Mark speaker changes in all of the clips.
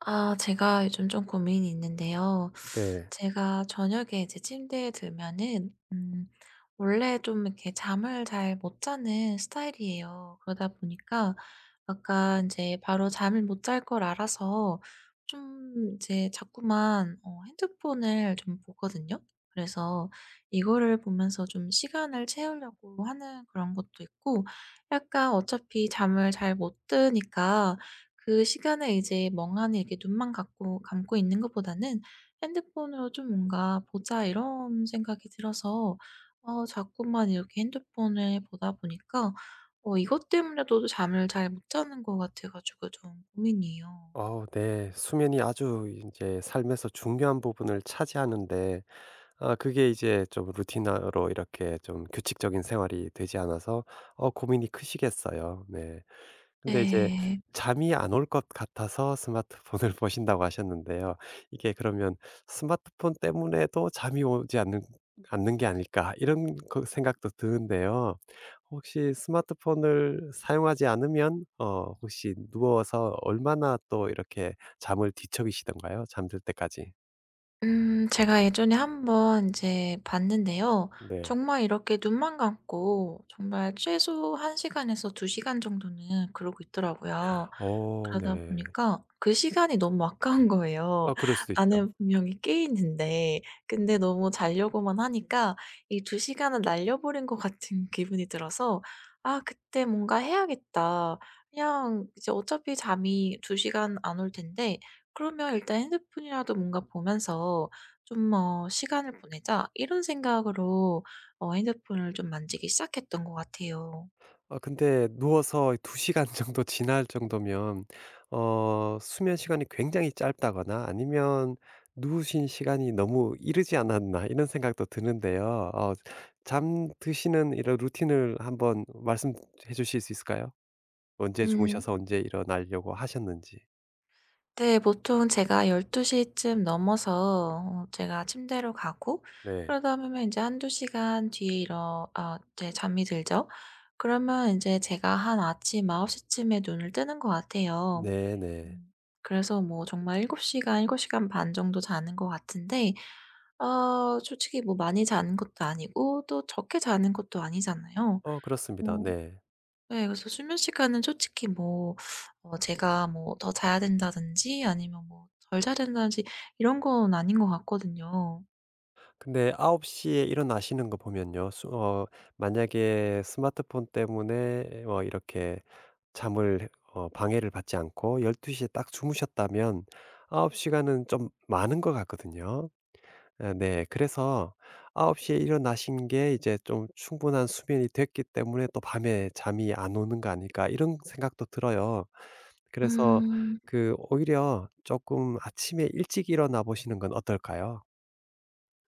Speaker 1: 아 제가 요즘 좀 고민이 있는데요.
Speaker 2: 네.
Speaker 1: 제가 저녁에 이제 침대에 들면은 원래 좀 이렇게 잠을 잘 못 자는 스타일이에요. 그러다 보니까 약간 이제 바로 잠을 못 잘 걸 알아서 좀 이제 자꾸만 핸드폰을 좀 보거든요. 그래서 이거를 보면서 좀 시간을 채우려고 하는 그런 것도 있고, 약간 어차피 잠을 잘 못 드니까 그 시간에 이제 멍하니 이렇게 눈만 감고 있는 것보다는 핸드폰으로 좀 뭔가 '보자.' 이런 생각이 들어서 자꾸만 이렇게 핸드폰을 보다 보니까 이것 때문에도 잠을 잘 못 자는 것 같아 가지고 좀 고민이에요.
Speaker 2: 네. 수면이 아주 이제 삶에서 중요한 부분을 차지하는데 아 그게 이제 좀 루틴화로 이렇게 좀 규칙적인 생활이 되지 않아서 고민이 크시겠어요. 네. 근데 이제
Speaker 1: 네.
Speaker 2: 잠이 안 올 것 같아서 스마트폰을 보신다고 하셨는데요. 이게 그러면 '스마트폰 때문에도 잠이 오지 않는 게 아닐까.' 이런 생각도 드는데요. 혹시 스마트폰을 사용하지 않으면 혹시 누워서 얼마나 또 이렇게 잠을 뒤척이시던가요? 잠들 때까지?
Speaker 1: 제가 예전에 한번 이제 봤는데요.
Speaker 2: 네.
Speaker 1: 정말 이렇게 눈만 감고 정말 최소 1 시간에서 2 시간 정도는 그러고 있더라고요. 그러다
Speaker 2: 네.
Speaker 1: 보니까 그 시간이 너무 아까운 거예요.
Speaker 2: 아 그럴 수도
Speaker 1: 나는
Speaker 2: 있죠.
Speaker 1: 분명히 깨 있는데, 근데 너무 자려고만 하니까 이 두 시간을 날려버린 것 같은 기분이 들어서 '아, 그때 뭔가 해야겠다. 그냥 이제 어차피 잠이 2 시간 안 올 텐데, 그러면 일단 핸드폰이라도 뭔가 보면서 좀 시간을 보내자.' 이런 생각으로 핸드폰을 좀 만지기 시작했던 것 같아요.
Speaker 2: 아 근데 누워서 2 시간 정도 지날 정도면 수면 시간이 굉장히 짧다거나 아니면 '누우신 시간이 너무 이르지 않았나.' 이런 생각도 드는데요. 잠드시는 이런 루틴을 한번 말씀해 주실 수 있을까요? 언제
Speaker 1: 음.
Speaker 2: 주무셔서 언제 일어나려고 하셨는지.
Speaker 1: 네. 보통 제가 12 시쯤 넘어서 제가 침대로 가고,
Speaker 2: 네.
Speaker 1: 그러다 보면 이제1-2 시간 뒤에 일어 아 이제 잠이 들죠. 그러면 이제 제가 한 아침 9 시쯤에 눈을 뜨는 것 같아요.
Speaker 2: 네네.
Speaker 1: 음. 그래서 뭐 정말 7 시간, 7 시간 반 정도 자는 것 같은데, 솔직히 뭐 많이 자는 것도 아니고 또 적게 자는 것도 아니잖아요.
Speaker 2: 그렇습니다.
Speaker 1: 어
Speaker 2: 네.
Speaker 1: 네. 그래서 수면 시간은 솔직히 뭐 제가 뭐 더 자야 된다든지 아니면 뭐 덜 자야 된다든지 이런 건 아닌 것 같거든요.
Speaker 2: 근데 9시에 일어나시는 거 보면요. 수 어 만약에 스마트폰 때문에 이렇게 잠을 방해를 받지 않고 12시에 딱 주무셨다면 9시간 시간은 좀 많은 것 같거든요. 아 네. 그래서 9시에 일어나신 게 이제 좀 '충분한 수면이 됐기 때문에 또 밤에 잠이 안 오는 거 아닐까.' 이런 생각도 들어요. 그래서
Speaker 1: 음.
Speaker 2: 그 오히려 조금 아침에 일찍 일어나 보시는 건 어떨까요?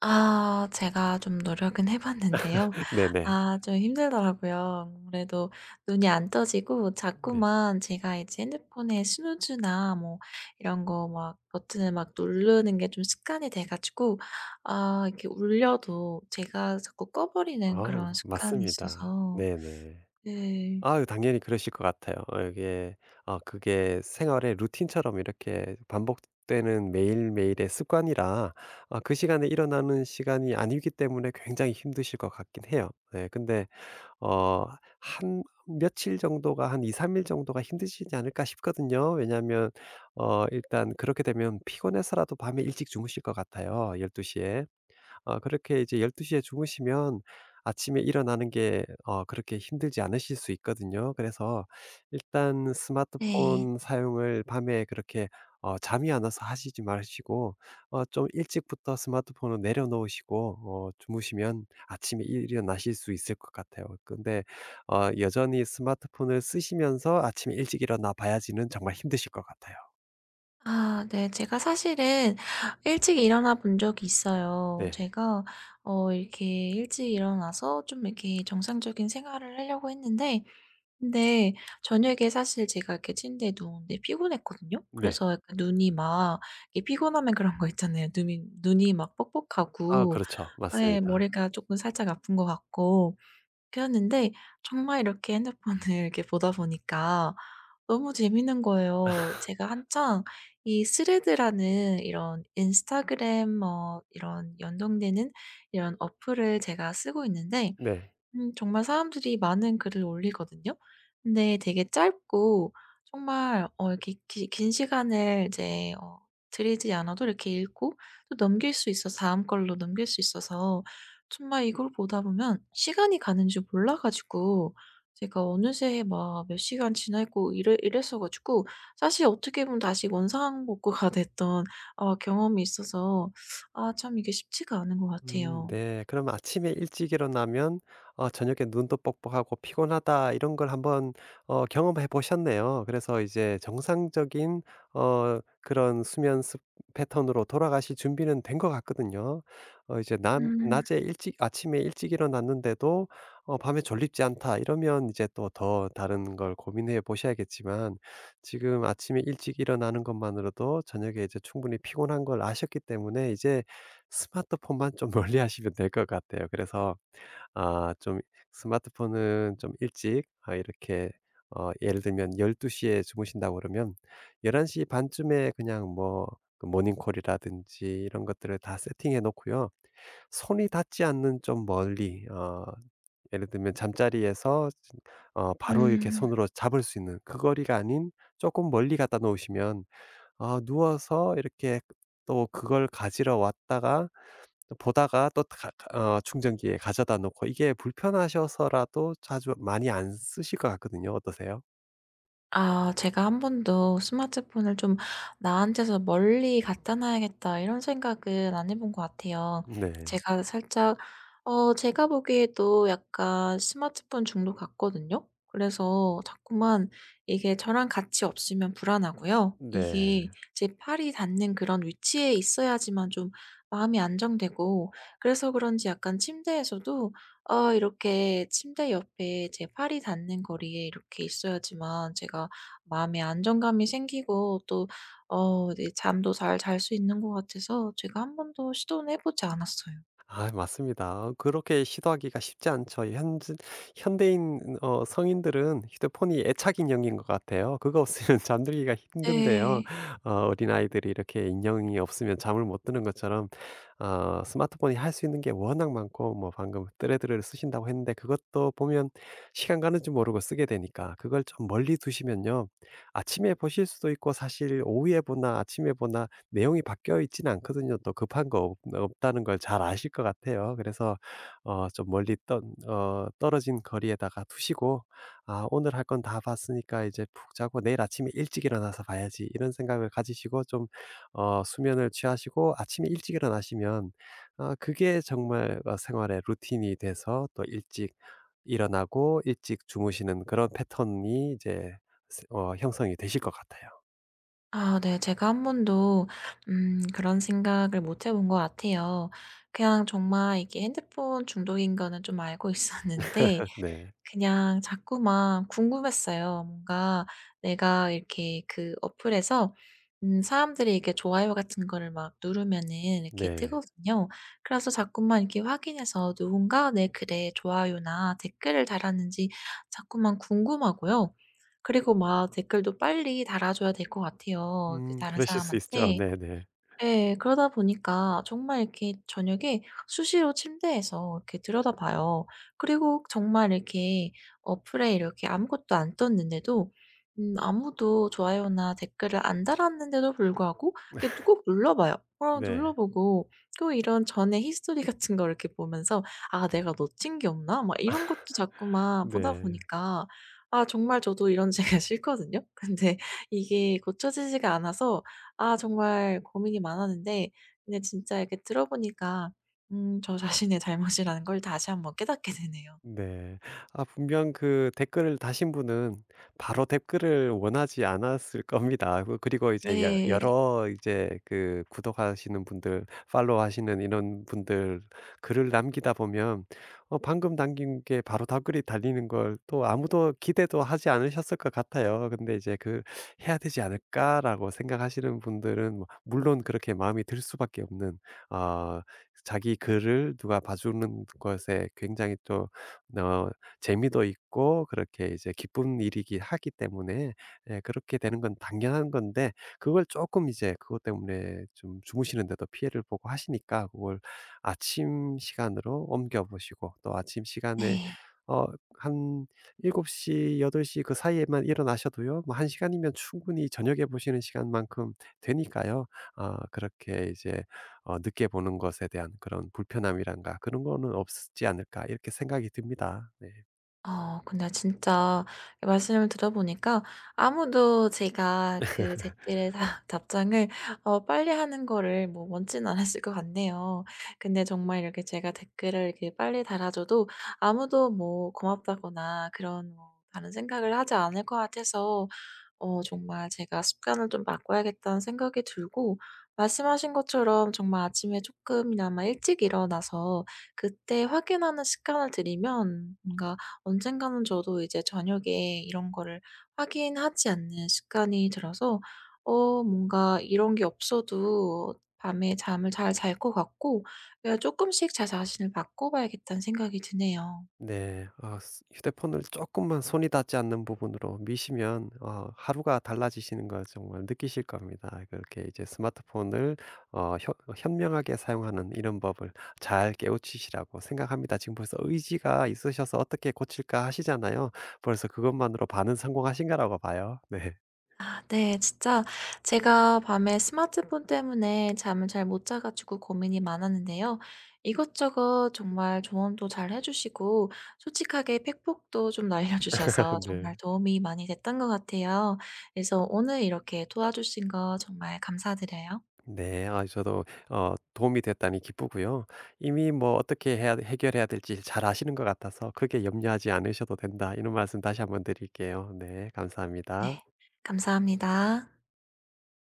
Speaker 1: 아 제가 좀 노력은 해 봤는데요.
Speaker 2: 네네.
Speaker 1: 아 좀 힘들더라고요. 아무래도 눈이 안 떠지고,
Speaker 2: 네.
Speaker 1: 자꾸만 제가 이제 핸드폰에 스누즈나 뭐 이런 거 막 버튼을 막 누르는 게 좀 습관이 돼 가지고, 아 이렇게 울려도 제가 자꾸 꺼 버리는
Speaker 2: 아우
Speaker 1: 그런 습관이
Speaker 2: 맞습니다.
Speaker 1: 있어서.
Speaker 2: 네네.
Speaker 1: 네.
Speaker 2: 아유 당연히 그러실 것 같아요. 어 이게 아 그게 생활의 루틴처럼 이렇게 반복되는 매일매일의 습관이라 아 그 시간에 일어나는 시간이 아니기 때문에 굉장히 힘드실 것 같긴 해요. 네 근데 어 한 며칠 정도가 한 2-3일 정도가 힘드시지 않을까 싶거든요. 왜냐하면 일단 그렇게 되면 피곤해서라도 밤에 일찍 주무실 것 같아요, 12시에 시에. 그렇게 이제 12시에 주무시면 아침에 일어나는 게 그렇게 힘들지 않으실 수 있거든요. 그래서 일단
Speaker 1: 네.
Speaker 2: 스마트폰 사용을 밤에 그렇게 잠이 안 와서 하시지 마시고 좀 일찍부터 스마트폰을 내려놓으시고 주무시면 아침에 일어나실 수 있을 것 같아요. 근데 여전히 스마트폰을 쓰시면서 아침에 일찍 일어나 봐야지는 정말 힘드실 것 같아요.
Speaker 1: 아 네. 제가 사실은 일찍 일어나 본 적이 있어요.
Speaker 2: 네.
Speaker 1: 제가 이렇게 일찍 일어나서 좀 이렇게 정상적인 생활을 하려고 했는데, 근데 저녁에 사실 제가 이렇게 침대에 누웠는데 피곤했거든요.
Speaker 2: 네.
Speaker 1: 그래서 약간 눈이 막, 이게 피곤하면 그런 거 있잖아요. 눈이 막
Speaker 2: 아
Speaker 1: 뻑뻑하고,
Speaker 2: 그렇죠.
Speaker 1: 네,
Speaker 2: 맞습니다.
Speaker 1: 머리가 조금 살짝 아픈 것 같고 그랬는데, 정말 이렇게 핸드폰을 이렇게 보다 보니까 너무 재밌는 거예요. 제가 한창 이 스레드라는 이런 인스타그램 뭐 이런 연동되는 이런 어플을 제가 쓰고 있는데,
Speaker 2: 네.
Speaker 1: 정말 사람들이 많은 글을 올리거든요. 근데 되게 짧고 정말 이렇게 기 긴 시간을 이제 들이지 않아도 이렇게 읽고 또 넘길 수 있어서, 다음 걸로 넘길 수 있어서 정말 이걸 보다 보면 시간이 가는 줄 몰라 가지고, 제가 어느새 막 몇 시간 지나 있고 이래 이랬어 가지고, 사실 어떻게 보면 다시 원상복구가 됐던 경험이 있어서, 아 참 이게 쉽지가 않은 것 같아요.
Speaker 2: 네. 그럼 아침에 일찍 일어나면 저녁에 눈도 뻑뻑하고 피곤하다 이런 걸 한번 경험해 보셨네요. 그래서 이제 정상적인 그런 수면 습 패턴으로 돌아가실 준비는 된 것 같거든요. 이제 남
Speaker 1: 음.
Speaker 2: 낮에 일찍 아침에 일찍 일어났는데도 '밤에 졸립지 않다.' 이러면 이제 또 더 다른 걸 고민해 보셔야겠지만 지금 아침에 일찍 일어나는 것만으로도 저녁에 이제 충분히 피곤한 걸 아셨기 때문에 이제 스마트폰만 좀 멀리하시면 될 것 같아요. 그래서 아 좀 스마트폰은 좀 일찍 아 이렇게 어 예를 들면 12시에 주무신다고 그러면 11시 반 쯤에 그냥 뭐그 모닝콜이라든지 이런 것들을 다 세팅해 놓고요. 손이 닿지 않는 좀 멀리 예를 들면 잠자리에서 바로 이렇게
Speaker 1: 음.
Speaker 2: 손으로 잡을 수 있는 그 거리가 아닌 조금 멀리 갖다 놓으시면 아 누워서 이렇게 또 그걸 가지러 왔다가 또 보다가 또 가 가 어 충전기에 가져다 놓고 이게 불편하셔서라도 자주 많이 안 쓰실 것 같거든요. 어떠세요?
Speaker 1: 아 제가 한 번도 '스마트폰을 좀 나한테서 멀리 갖다 놔야겠다.' 이런 생각은 안 해본 것 같아요.
Speaker 2: 네.
Speaker 1: 제가 살짝 제가 보기에도 약간 스마트폰 중독 같거든요. 그래서 자꾸만 이게 저랑 같이 없으면 불안하고요. 이게
Speaker 2: 네.
Speaker 1: 제 팔이 닿는 그런 위치에 있어야지만 좀 마음이 안정되고, 그래서 그런지 약간 침대에서도 아 이렇게 침대 옆에 제 팔이 닿는 거리에 이렇게 있어야지만 제가 마음의 안정감이 생기고, 또 네, 잠도 잘 잘 수 있는 것 같아서 제가 한 번도 시도는 해 보지 않았어요.
Speaker 2: 아 맞습니다. 그렇게 시도하기가 쉽지 않죠. 현 현대인 성인들은 휴대폰이 애착 인형인 것 같아요. 그거 없으면 잠들기가 힘든데요.
Speaker 1: 네.
Speaker 2: 어린아이들이 이렇게 인형이 없으면 잠을 못 드는 것처럼 스마트폰이 할 수 있는 게 워낙 많고 뭐 방금 뜨레드를 쓰신다고 했는데 그것도 보면 시간 가는 줄 모르고 쓰게 되니까 그걸 좀 멀리 두시면요. 아침에 보실 수도 있고 사실 오후에 보나 아침에 보나 내용이 바뀌어 있지는 않거든요. 또 급한 거 없 없다는 걸 잘 아실 것 같아요. 그래서 좀 멀리 떠 어 떨어진 거리에다가 두시고 '아 오늘 할 건 다 봤으니까 이제 푹 자고 내일 아침에 일찍 일어나서 봐야지.' 이런 생각을 가지시고 좀 수면을 취하시고 아침에 일찍 일어나시면 아 그게 정말 생활의 루틴이 돼서 또 일찍 일어나고 일찍 주무시는 그런 패턴이 이제 형성이 되실 것 같아요.
Speaker 1: 아 네. 제가 한 번도 그런 생각을 못 해본 것 같아요. 그냥 정말 이게 핸드폰 중독인 거는 좀 알고 있었는데,
Speaker 2: 네.
Speaker 1: 그냥 자꾸만 궁금했어요. 뭔가 내가 이렇게 그 어플에서 사람들이 이렇게 좋아요 같은 거를 막 누르면은 이렇게
Speaker 2: 네.
Speaker 1: 뜨거든요. 그래서 자꾸만 이렇게 확인해서 누군가 내 글에 좋아요나 댓글을 달았는지 자꾸만 궁금하고요. 그리고 막 댓글도 빨리 달아줘야 될 것 같아요, 그 다른
Speaker 2: 그러실 수 있죠.
Speaker 1: 사람한테.
Speaker 2: 네네.
Speaker 1: 예. 그러다 보니까 정말 이렇게 저녁에 수시로 침대에서 이렇게 들여다봐요. 그리고 정말 이렇게 어플에 이렇게 아무것도 안 떴는데도, 아무도 좋아요나 댓글을 안 달았는데도 불구하고 이렇게 꼭 눌러 봐요. 눌러
Speaker 2: 네.
Speaker 1: 보고 또 이런 전에 히스토리 같은 걸 이렇게 보면서 '아, 내가 놓친 게 없나?' 막 이런 것도 자꾸만 보다
Speaker 2: 네.
Speaker 1: 보니까, 아 정말 저도 이런 제가 싫거든요. 근데 이게 고쳐지지가 않아서 아 정말 고민이 많았는데, 근데 진짜 이렇게 들어 보니까 저 자신의 잘못이라는 걸 다시 한번 깨닫게 되네요.
Speaker 2: 네. 아 분명 그 댓글을 다신 분은 바로 댓글을 원하지 않았을 겁니다. 그리고 이제 여
Speaker 1: 네.
Speaker 2: 여러 이제 그 구독하시는 분들 팔로우하시는 이런 분들 글을 남기다 보면 방금 남긴 게 바로 댓글이 달리는 걸 또 아무도 기대도 하지 않으셨을 것 같아요. 근데 이제 그 '해야 되지 않을까?'라고 생각하시는 분들은 뭐 물론 그렇게 마음이 들 수밖에 없는 어, 자기 글을 누가 봐주는 것에 굉장히 좀 어 재미도 있고 그렇게 이제 기쁜 일이기 하기 때문에 예 그렇게 되는 건 당연한 건데 그걸 조금 이제 그것 때문에 좀 주무시는데도 피해를 보고 하시니까 그걸 아침 시간으로 옮겨 보시고 또 아침 시간에
Speaker 1: 네.
Speaker 2: 어 한7시8시 그 사이에만 일어나셔도요. 뭐 한 시간이면 충분히 저녁에 보시는 시간만큼 되니까요. 아 그렇게 이제 '늦게 보는 것에 대한 그런 불편함이란가 그런 거는 없지 않을까.' 이렇게 생각이 듭니다. 네.
Speaker 1: 근데 진짜 말씀을 들어보니까 아무도 제가 그 댓글에 다 답장을 빨리 하는 거를 뭐 원치는 않았을 것 같네요. 근데 정말 이렇게 제가 댓글을 이렇게 빨리 달아줘도 아무도 뭐 고맙다거나 그런 뭐 다른 생각을 하지 않을 것 같아서 정말 제가 습관을 좀 바꿔야겠다는 생각이 들고, 말씀하신 것처럼 정말 아침에 조금이나마 일찍 일어나서 그때 확인하는 습관을 들이면 뭔가 언젠가는 저도 이제 저녁에 이런 거를 확인하지 않는 습관이 들어서 뭔가 이런 게 없어도 밤에 잠을 잘 잘 것 같고, 그냥 조금씩 제 자신을 바꿔 봐야겠다는 생각이 드네요.
Speaker 2: 네. 어, 스 휴대폰을 조금만 손이 닿지 않는 부분으로 미시면 하루가 달라지시는 걸 정말 느끼실 겁니다. 그렇게 이제 스마트폰을 어 현 현명하게 사용하는 이런 법을 잘 깨우치시라고 생각합니다. 지금 벌써 의지가 있으셔서 '어떻게 고칠까.' 하시잖아요. 벌써 그것만으로 반은 성공하신 거라고 봐요. 네.
Speaker 1: 아 네. 진짜 제가 밤에 스마트폰 때문에 잠을 잘 못 자 가지고 고민이 많았는데요. 이것저것 정말 조언도 잘 해 주시고 솔직하게 팩폭도 좀 날려 주셔서
Speaker 2: 네.
Speaker 1: 정말 도움이 많이 됐던 것 같아요. 그래서 오늘 이렇게 도와주신 거 정말 감사드려요.
Speaker 2: 네. 아 저도 도움이 됐다니 기쁘고요. 이미 뭐 어떻게 해야 해결해야 될지 잘 아시는 것 같아서 크게 염려하지 않으셔도 된다. 이런 말씀 다시 한번 드릴게요. 네.
Speaker 1: 네.
Speaker 2: 감사합니다.
Speaker 1: 감사합니다.